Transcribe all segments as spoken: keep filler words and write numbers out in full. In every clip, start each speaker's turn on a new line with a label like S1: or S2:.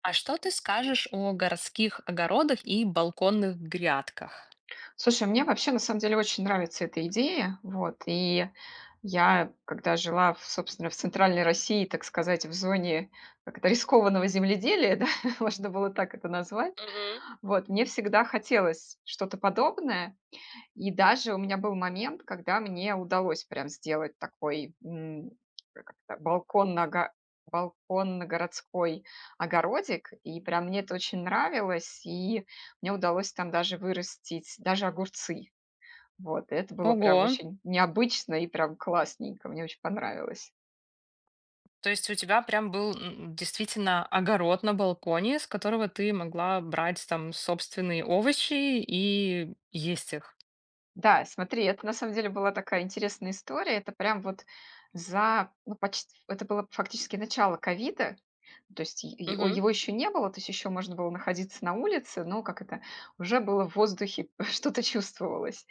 S1: А что ты скажешь о городских огородах и балконных грядках?
S2: Слушай, мне вообще на самом деле очень нравится эта идея. Вот. И я, когда жила, в, собственно, в центральной России, так сказать, в зоне как это, рискованного земледелия, да, можно было так это назвать,
S1: Мгм.
S2: вот, мне всегда хотелось что-то подобное. И даже у меня был момент, когда мне удалось прям сделать такой м, как это, балкон на га- балкон на городской огородик, и прям мне это очень нравилось, и мне удалось там даже вырастить даже огурцы. Вот, и это было
S1: Ого!
S2: прям очень необычно и прям классненько, мне очень понравилось.
S1: То есть у тебя прям был м, действительно огород на балконе, с которого ты могла брать там собственные овощи и есть их.
S2: Да, смотри, это на самом деле была такая интересная история. Это прям вот за, ну, почти, это было фактически начало ковида, то есть е- о-
S1: Мгм.
S2: его еще не было, то есть еще можно было находиться на улице, но как это, уже было в воздухе, что-то чувствовалось.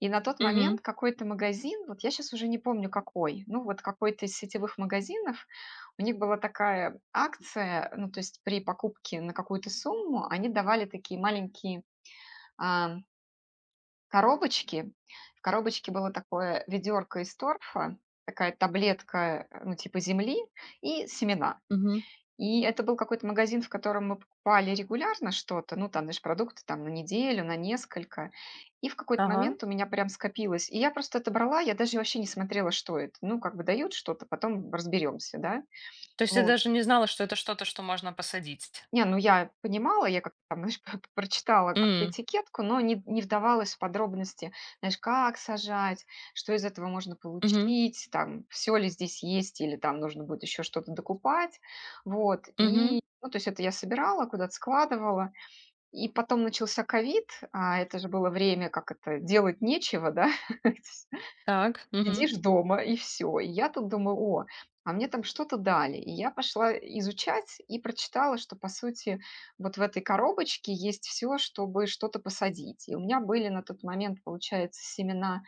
S2: И на тот
S1: Мгм.
S2: момент какой-то магазин, вот я сейчас уже не помню какой, ну вот какой-то из сетевых магазинов, у них была такая акция, ну то есть при покупке на какую-то сумму они давали такие маленькие коробочки. В коробочке было такое ведерко из торфа, такая таблетка, э, ну, типа земли и семена.
S1: Мгм.
S2: И это был какой-то магазин, в котором мы покупали регулярно что-то, ну, там, знаешь, продукты там на неделю, на несколько. И в какой-то
S1: Ага.
S2: момент у меня прям скопилось. И я просто это брала, я даже вообще не смотрела, что это. Ну, как бы дают что-то, потом разберемся, да.
S1: То есть ты
S2: Вот.
S1: даже не знала, что это что-то, что можно посадить.
S2: Не, ну я понимала, я как-то там, знаешь, прочитала как-то
S1: М,
S2: этикетку, но не не вдавалась в подробности, знаешь, как сажать, что из этого можно
S1: мгм,
S2: получить, там, все ли здесь есть или там нужно будет еще что-то докупать. Вот,
S1: мгм.
S2: и, ну, то есть это я собирала, куда-то складывала. И потом начался ковид, а это же было время, как это, делать нечего, да?
S1: Так. Мгм.
S2: Сидишь дома, и все. И я тут думаю: "О, а мне там что-то дали". И я пошла изучать и прочитала, что, по сути, вот в этой коробочке есть все, чтобы что-то посадить. И у меня были на тот момент, получается, семена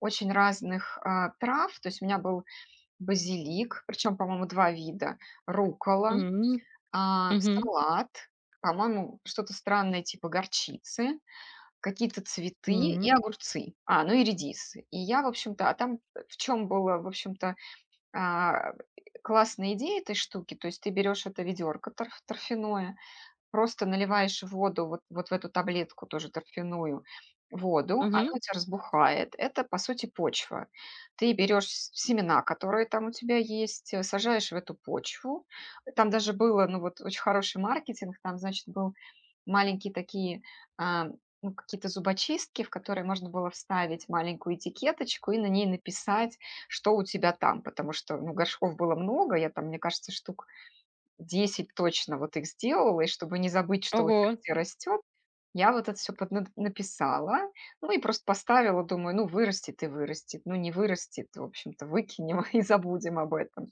S2: очень разных, а, трав. То есть у меня был базилик, причем, по-моему, два вида, рукола,
S1: М,
S2: а,
S1: мгм,
S2: салат, по-моему, что-то странное типа горчицы, какие-то цветы и
S1: м,
S2: огурцы. А, ну и редис. И я, в общем-то, а там э, в чем была, в общем-то, а, классная идея этой штуки? То есть ты берешь это ведерко торф- торфяное, просто наливаешь воду, вот вот в эту таблетку тоже торфяную, воду, она
S1: мгм.
S2: у тебя разбухает. Это, по сути, почва. Ты берешь с семена, которые там у тебя есть, э, сажаешь в эту почву. Там даже было, ну, вот очень хороший маркетинг. Там, значит, был маленькие такие, а, ну, какие-то зубочистки, в которые можно было вставить маленькую этикеточку и на ней написать, что у тебя там. Потому что, ну, горшков было много. Я там, мне кажется, штук десять точно вот их сделала, и чтобы не забыть, что у
S1: Ого.
S2: тебя где растет, я вот это все написала. Ну и просто поставила, думаю, ну, вырастет и вырастет, ну, не вырастет, в общем-то, выкинем и забудем об этом.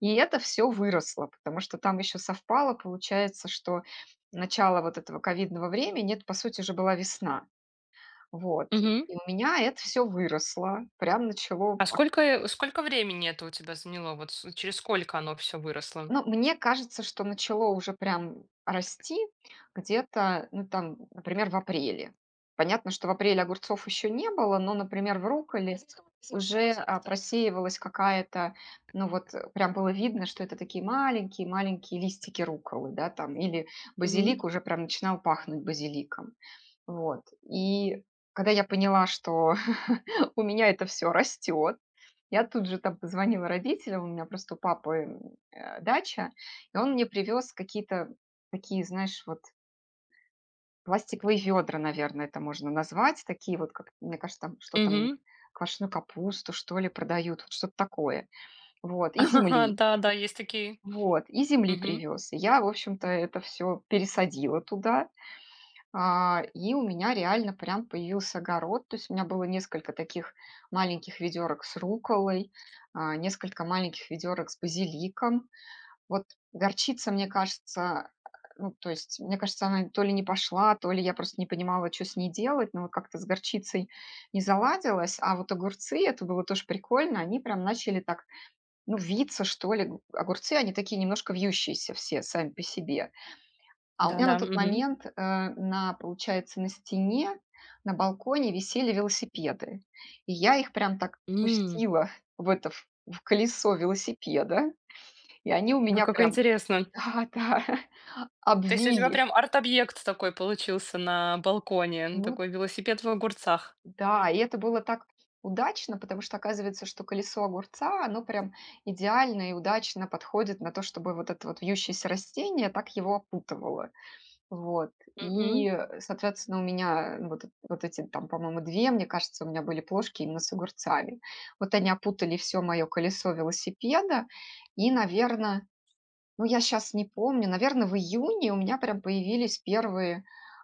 S2: И это все выросло, потому что там еще совпало, получается, что начало вот этого ковидного времени — это, по сути уже была весна. Вот.
S1: Мгм.
S2: И у меня это все выросло, прям начало.
S1: А сколько, э, сколько времени это у тебя заняло? Вот с- через сколько оно все выросло?
S2: Ну, мне кажется, что начало уже прям расти где-то, ну, там, например, в апреле. Понятно, что в апреле огурцов еще не было, но, например, в рукколе уже а, просеивалась какая-то, ну вот э, прям было видно, что это такие маленькие-маленькие листики рукколы, да, там, или
S1: Мгм.
S2: базилик уже прям начинал пахнуть базиликом, вот. И когда я поняла, что у меня это все растет. Я тут же там позвонила родителям, у меня просто у папы, м, э, дача, и он мне привез какие-то такие, знаешь, вот пластиковые ведра, наверное, это можно назвать, такие вот, как, мне кажется, там что там у них,
S1: Мгм.
S2: квашеную капусту, что ли, продают, вот что-то такое. Вот, и земли.
S1: Да, да, есть такие.
S2: Вот, и земли
S1: Мгм.
S2: привез. И я, в общем-то, это все пересадила туда. А, и у меня реально прям появился огород. То есть у меня было несколько таких маленьких ведерок с руколой, а, несколько маленьких ведерок с базиликом. Вот горчица, мне кажется, ну, то есть, мне кажется, она то ли не пошла, то ли я просто не понимала, что с ней делать, но вот как-то с горчицей не заладилось, а вот огурцы, это было тоже прикольно, они прям начали так, ну, виться, что ли, огурцы, они такие немножко вьющиеся все сами по себе, а у
S1: Да,
S2: меня на
S1: да,
S2: тот
S1: мгм.
S2: момент, э, на, получается, на стене, на балконе висели велосипеды. И я их прям так
S1: М,
S2: пустила в это, в в колесо велосипеда, и они у
S1: ой,
S2: меня
S1: как
S2: прям
S1: интересно.
S2: да-да,
S1: То есть у тебя
S2: обвили.
S1: прям арт-объект такой получился на балконе, ну,
S2: Ну
S1: такой велосипед в огурцах.
S2: да, и это было так удачно, потому что оказывается, что колесо огурца, оно прям идеально и удачно подходит на то, чтобы вот это вот вьющееся растение так его опутывало. Вот.
S1: Мгм.
S2: И, э, соответственно, у меня вот, эт- вот эти там, по-моему, две, мне кажется, у меня были плошки именно с огурцами. Вот они опутали все мое колесо велосипеда. И, наверное, ну я сейчас не помню, наверное, в июне у меня прям появились первые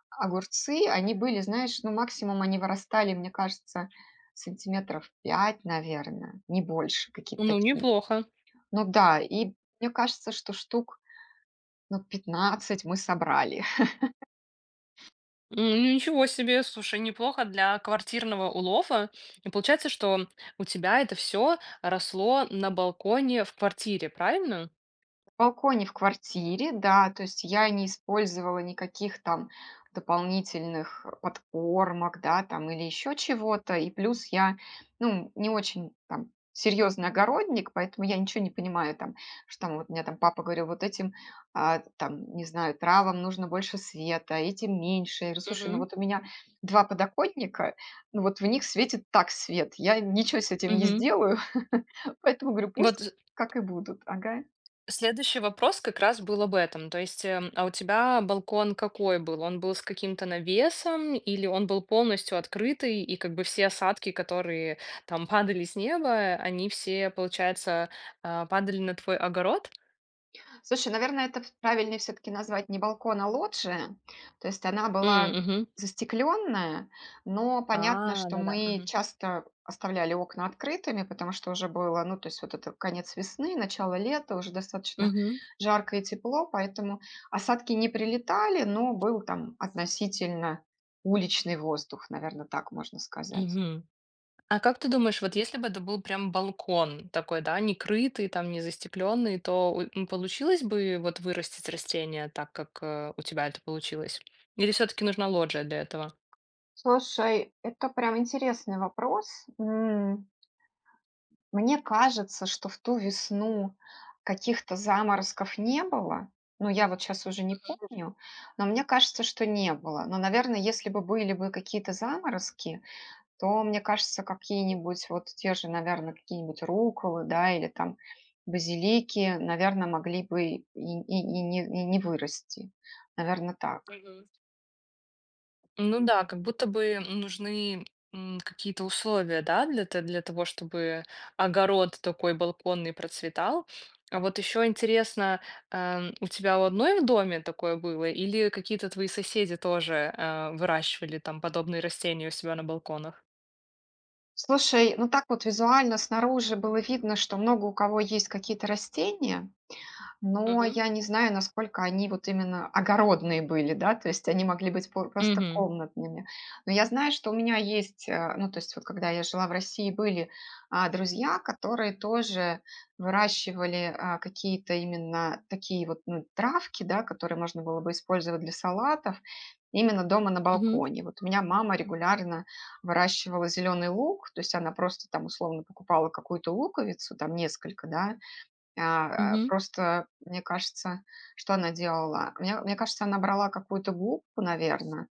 S2: огурцы. Они были, знаешь, ну максимум они вырастали, мне кажется, сантиметров пять, наверное, не больше какие-то
S1: Ну,
S2: такие.
S1: неплохо.
S2: Ну да, и мне кажется, что штук ну, пятнадцать мы собрали.
S1: М, ну, ничего себе, слушай, неплохо для квартирного улова. И получается, что у тебя это все росло на балконе в квартире, правильно?
S2: Балконе в квартире, да. То есть я не использовала никаких там дополнительных э, подкормок, да, там или еще чего-то. И плюс я, ну, не очень там серьезный огородник, поэтому я ничего не понимаю там, что там вот мне там папа говорил, вот этим, а, там, не знаю, травам нужно больше света, этим меньше. Я говорю, слушай, ну
S1: Мгм.
S2: вот у меня два подоконника, ну вот в них светит так свет, я ничего с этим не
S1: Мгм.
S2: сделаю, поэтому говорю, пусть
S1: Вот.
S2: как и будут, ага.
S1: Следующий вопрос как раз был об этом. То есть, эм, а у тебя балкон какой был? Он был с каким-то навесом или он был полностью открытый, и как бы все осадки, которые там падали с неба, они все, получается, а, падали на твой огород?
S2: Слушай, наверное, это в- правильнее все-таки назвать не балкон, а лоджия. То есть она
S1: М,
S2: была
S1: мгм.
S2: застекленная, но понятно,
S1: А,
S2: что
S1: да-да.
S2: мы
S1: Мгм.
S2: часто оставляли окна открытыми, потому что уже было, ну, то есть вот это конец весны, начало лета, уже достаточно
S1: Мгм.
S2: жарко и тепло, поэтому осадки не прилетали, но был там относительно уличный воздух, наверное, так можно сказать.
S1: Мгм. А как ты думаешь, вот если бы это был прям балкон такой, да, не крытый, там, не застекленный, то у- м, получилось бы вот вырастить растение так, как э, у тебя это получилось? Или все-таки нужна лоджия для этого?
S2: Слушай, это прям интересный вопрос. М, Мне кажется, что в ту весну каких-то заморозков не было. Ну, я вот сейчас уже не помню, но мне кажется, что не было. Но, наверное, если бы были бы какие-то заморозки, то, мне кажется, какие-нибудь вот те же, наверное, какие-нибудь руколы, да, или там базилики, наверное, могли бы и и и не и не вырасти. Наверное, так.
S1: Ну да, как будто бы нужны м, какие-то условия, да, для, т- для того, чтобы огород такой балконный процветал. А вот еще интересно, эм, у тебя у одной в доме такое было, или какие-то твои соседи тоже э, выращивали там подобные растения у себя на балконах?
S2: Слушай, ну так вот визуально снаружи было видно, что много у кого есть какие-то растения. Но
S1: Мгм.
S2: я не знаю, насколько они вот именно огородные были, да, то есть они могли быть по просто
S1: Угу.
S2: комнатными. Но я знаю, что у меня есть, э, ну, то есть вот когда я жила в России, были, а, друзья, которые тоже выращивали, а, какие-то именно такие вот, ну, травки, да, которые можно было бы использовать для салатов именно дома на
S1: Мгм.
S2: балконе. Вот у меня мама регулярно выращивала зеленый лук, то есть она просто там условно покупала какую-то луковицу, там несколько, да, а,
S1: Мгм.
S2: просто мне кажется, что она делала? Мне мне кажется, она брала какую-то губку, наверное,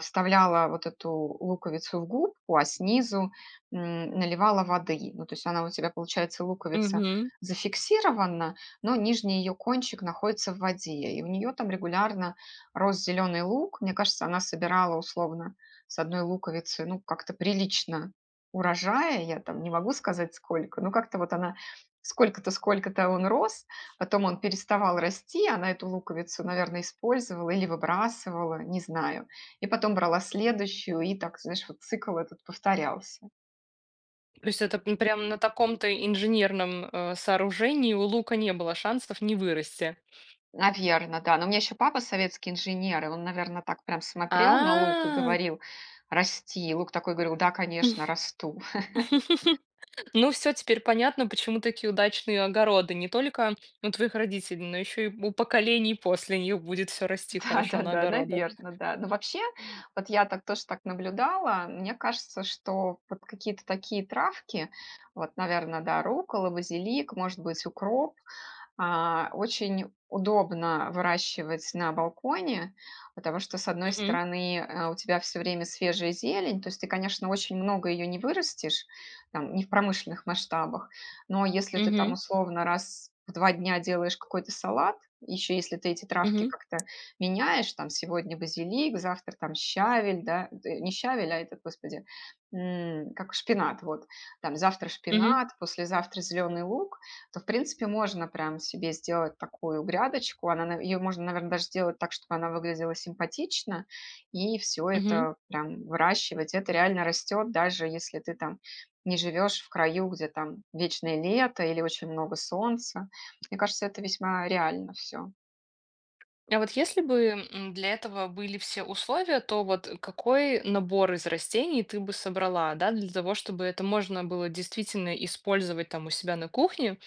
S2: вставляла вот эту луковицу в губку, а снизу, м, наливала воды. Ну, то есть она у тебя, получается, луковица
S1: Мгм.
S2: зафиксирована, но нижний ее кончик находится в воде, и у нее там регулярно рос зеленый лук. Мне кажется, она собирала условно с одной луковицы, ну, как-то прилично урожая. Я там не могу сказать сколько, но как-то вот она сколько-то, сколько-то он рос, потом он переставал расти, она эту луковицу, наверное, использовала или выбрасывала, не знаю. И потом брала следующую, и так, знаешь, вот цикл этот повторялся.
S1: То есть это м, прям на таком-то инженерном э, сооружении у лука не было шансов не вырасти.
S2: Наверное, да. Но у меня еще папа советский инженер, и он, наверное, так прям смотрел на лук и
S1: А.
S2: говорил, расти. И лук такой говорил, да, конечно, расту.
S1: Ну, все теперь понятно, почему такие удачные огороды. Не только у твоих родителей, но еще и у поколений после них будет все расти хорошо на
S2: Да-да-да,
S1: огородах.
S2: наверное, да. Но вообще, вот я так тоже так наблюдала. Мне кажется, что вот какие-то такие травки, вот, наверное, да, руккола, базилик, может быть, укроп, а, очень удобно выращивать на балконе, потому что, с одной
S1: Мгм.
S2: стороны, э, у тебя все время свежая зелень. То есть ты, конечно, очень много ее не вырастешь, там, не в промышленных масштабах, но если ты там
S1: Мгм.
S2: условно раз в два дня делаешь какой-то салат, еще если ты эти травки
S1: Мгм.
S2: как-то меняешь, там, сегодня базилик, завтра там щавель, да, э, не щавель, а этот, господи, м, как шпинат, вот. Там завтра
S1: Мгм.
S2: шпинат, послезавтра зеленый лук, то, в принципе, можно прям себе сделать такую грядочку. Она, ее можно, наверное, даже сделать так, чтобы она выглядела симпатично, и все
S1: Мгм.
S2: это прям выращивать. Это реально растет, даже если ты там не живешь в краю, где там вечное лето или очень много солнца. Мне кажется, это весьма реально все.
S1: А вот если бы м, для этого были все условия, то вот какой набор из растений ты бы собрала, да, для того, чтобы это можно было действительно использовать там у себя на кухне,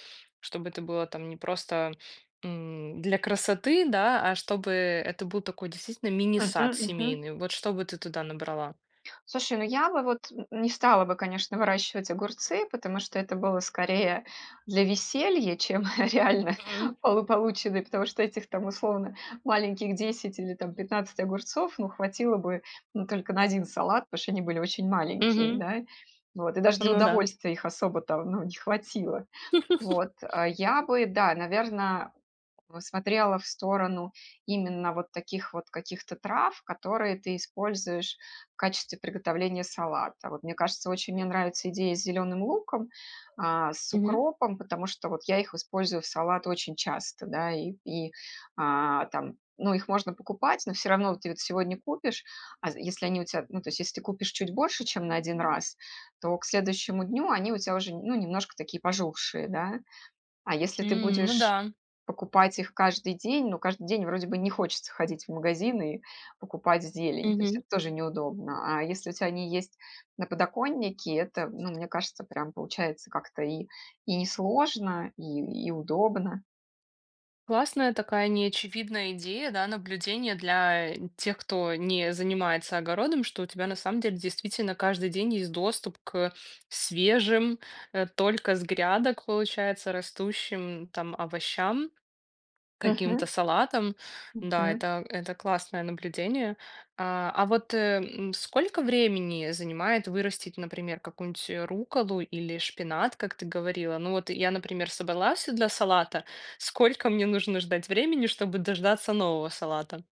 S1: чтобы это было там не просто м, для красоты, да, а чтобы это был такой действительно
S2: Мгм,
S1: мини-сад
S2: мгм.
S1: семейный. Вот что бы ты туда набрала?
S2: Слушай, ну я бы вот не стала бы, конечно, выращивать огурцы, потому что это было скорее для веселья, чем реально
S1: Мгм.
S2: полу- полученный, потому что этих там условно маленьких десять или там пятнадцать огурцов, ну, хватило бы ну, только на один салат, потому что они были очень маленькие,
S1: Мгм.
S2: да, вот, и даже для
S1: Ну да.
S2: удовольствия их особо там, ну, не хватило. Вот, а я бы, да, наверное, э, смотрела в сторону именно вот таких вот каких-то трав, которые ты используешь в качестве приготовления салата. Вот мне кажется, очень мне нравится идея с зеленым луком, а, с
S1: Мгм.
S2: укропом, потому что вот я их использую в салат очень часто, да, и, и, а, там, ну, их можно покупать, но все равно ты вот сегодня купишь, а з- если они у тебя, ну, то есть если ты купишь чуть больше, чем на один раз, то к следующему дню они у тебя уже, ну, немножко такие пожухшие, да, а если ты
S1: М, ну
S2: будешь
S1: да.
S2: покупать их каждый день, ну, каждый день вроде бы не хочется ходить в магазин и покупать зелень, то есть это тоже неудобно. А если у тебя они есть на подоконнике, это, ну, мне кажется, прям получается как-то и, и несложно, и, и удобно.
S1: Классная такая неочевидная идея, да, наблюдение для тех, кто не занимается огородом, что у тебя на самом деле действительно каждый день есть доступ к свежим, э, только с грядок, получается, растущим там овощам. Каким-то
S2: Мгм.
S1: салатом. Да,
S2: Мгм.
S1: это это классное наблюдение. А, а вот, э, м, сколько времени занимает вырастить, например, какую-нибудь, э, рукколу или шпинат, как ты говорила? Ну вот я, например, собрала всё для салата. Сколько мне нужно ждать времени, чтобы дождаться нового салата?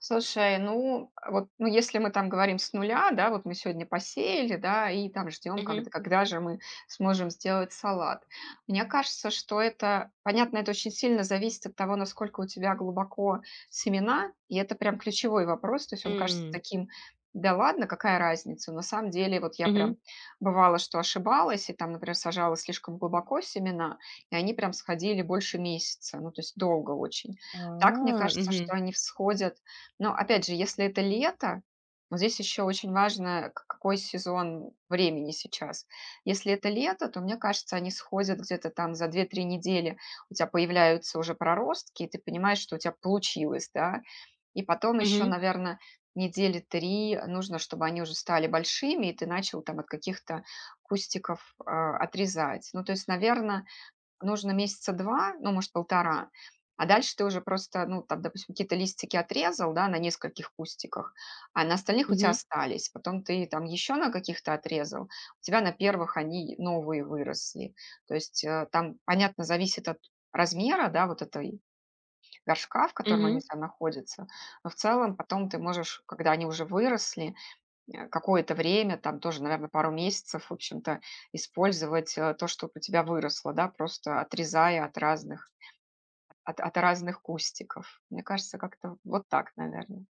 S2: Слушай, ну, а вот, ну, если мы там говорим с нуля, да, вот мы сегодня посеяли, да, и там ждем,
S1: Мгм.
S2: когда, когда же мы сможем сделать салат. Мне кажется, что это, понятно, это очень сильно зависит от того, насколько у тебя глубоко семена, и это прям ключевой вопрос, то есть он кажется
S1: М.
S2: таким, да ладно, какая разница, на самом деле вот я
S1: Мгм.
S2: прям бывало, что ошибалась, и там, например, сажала слишком глубоко семена, и они прям сходили больше месяца, ну, то есть долго очень. Так, мне
S1: А,
S2: кажется,
S1: мгм.
S2: что они всходят, но опять же, если это лето, вот здесь еще очень важно, к- какой сезон времени сейчас. Если это лето, то, мне кажется, они сходят где-то там за две-три недели, у тебя появляются уже проростки, и ты понимаешь, что у тебя получилось, да. И потом еще,
S1: Мгм.
S2: наверное, недели три нужно, чтобы они уже стали большими, и ты начал там от каких-то кустиков а, отрезать. Ну, то есть, наверное, нужно месяца два, ну, может, полтора, а дальше ты уже просто, ну, там, допустим, какие-то листики отрезал, да, на нескольких кустиках, а на остальных у тебя
S1: Мгм.
S2: остались. Потом ты там еще на каких-то отрезал, у тебя на первых они новые выросли. То есть э, там, понятно, зависит от размера, да, вот этой горшка, в котором
S1: Мгм.
S2: они там находятся, но в целом потом ты можешь, когда они уже выросли, Э, какое-то время, там тоже, наверное, пару месяцев, в общем-то, использовать, э, то, что у тебя выросло, да, просто отрезая от разных от от разных кустиков. Мне кажется, как-то вот так, наверное.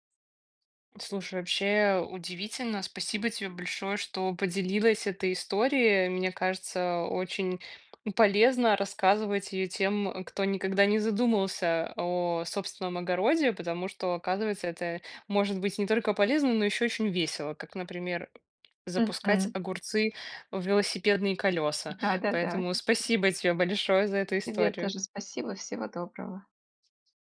S1: Слушай, вообще удивительно. Спасибо тебе большое, что поделилась этой историей. Мне кажется, очень полезно рассказывать ее тем, кто никогда не задумывался о собственном огороде, потому что, оказывается, это может быть не только полезно, но еще очень весело, как, например, запускать
S2: Мгм.
S1: огурцы в велосипедные колеса.
S2: Да-да-да.
S1: Поэтому спасибо тебе большое за эту
S2: Тебе
S1: историю.
S2: тоже спасибо. Всего доброго.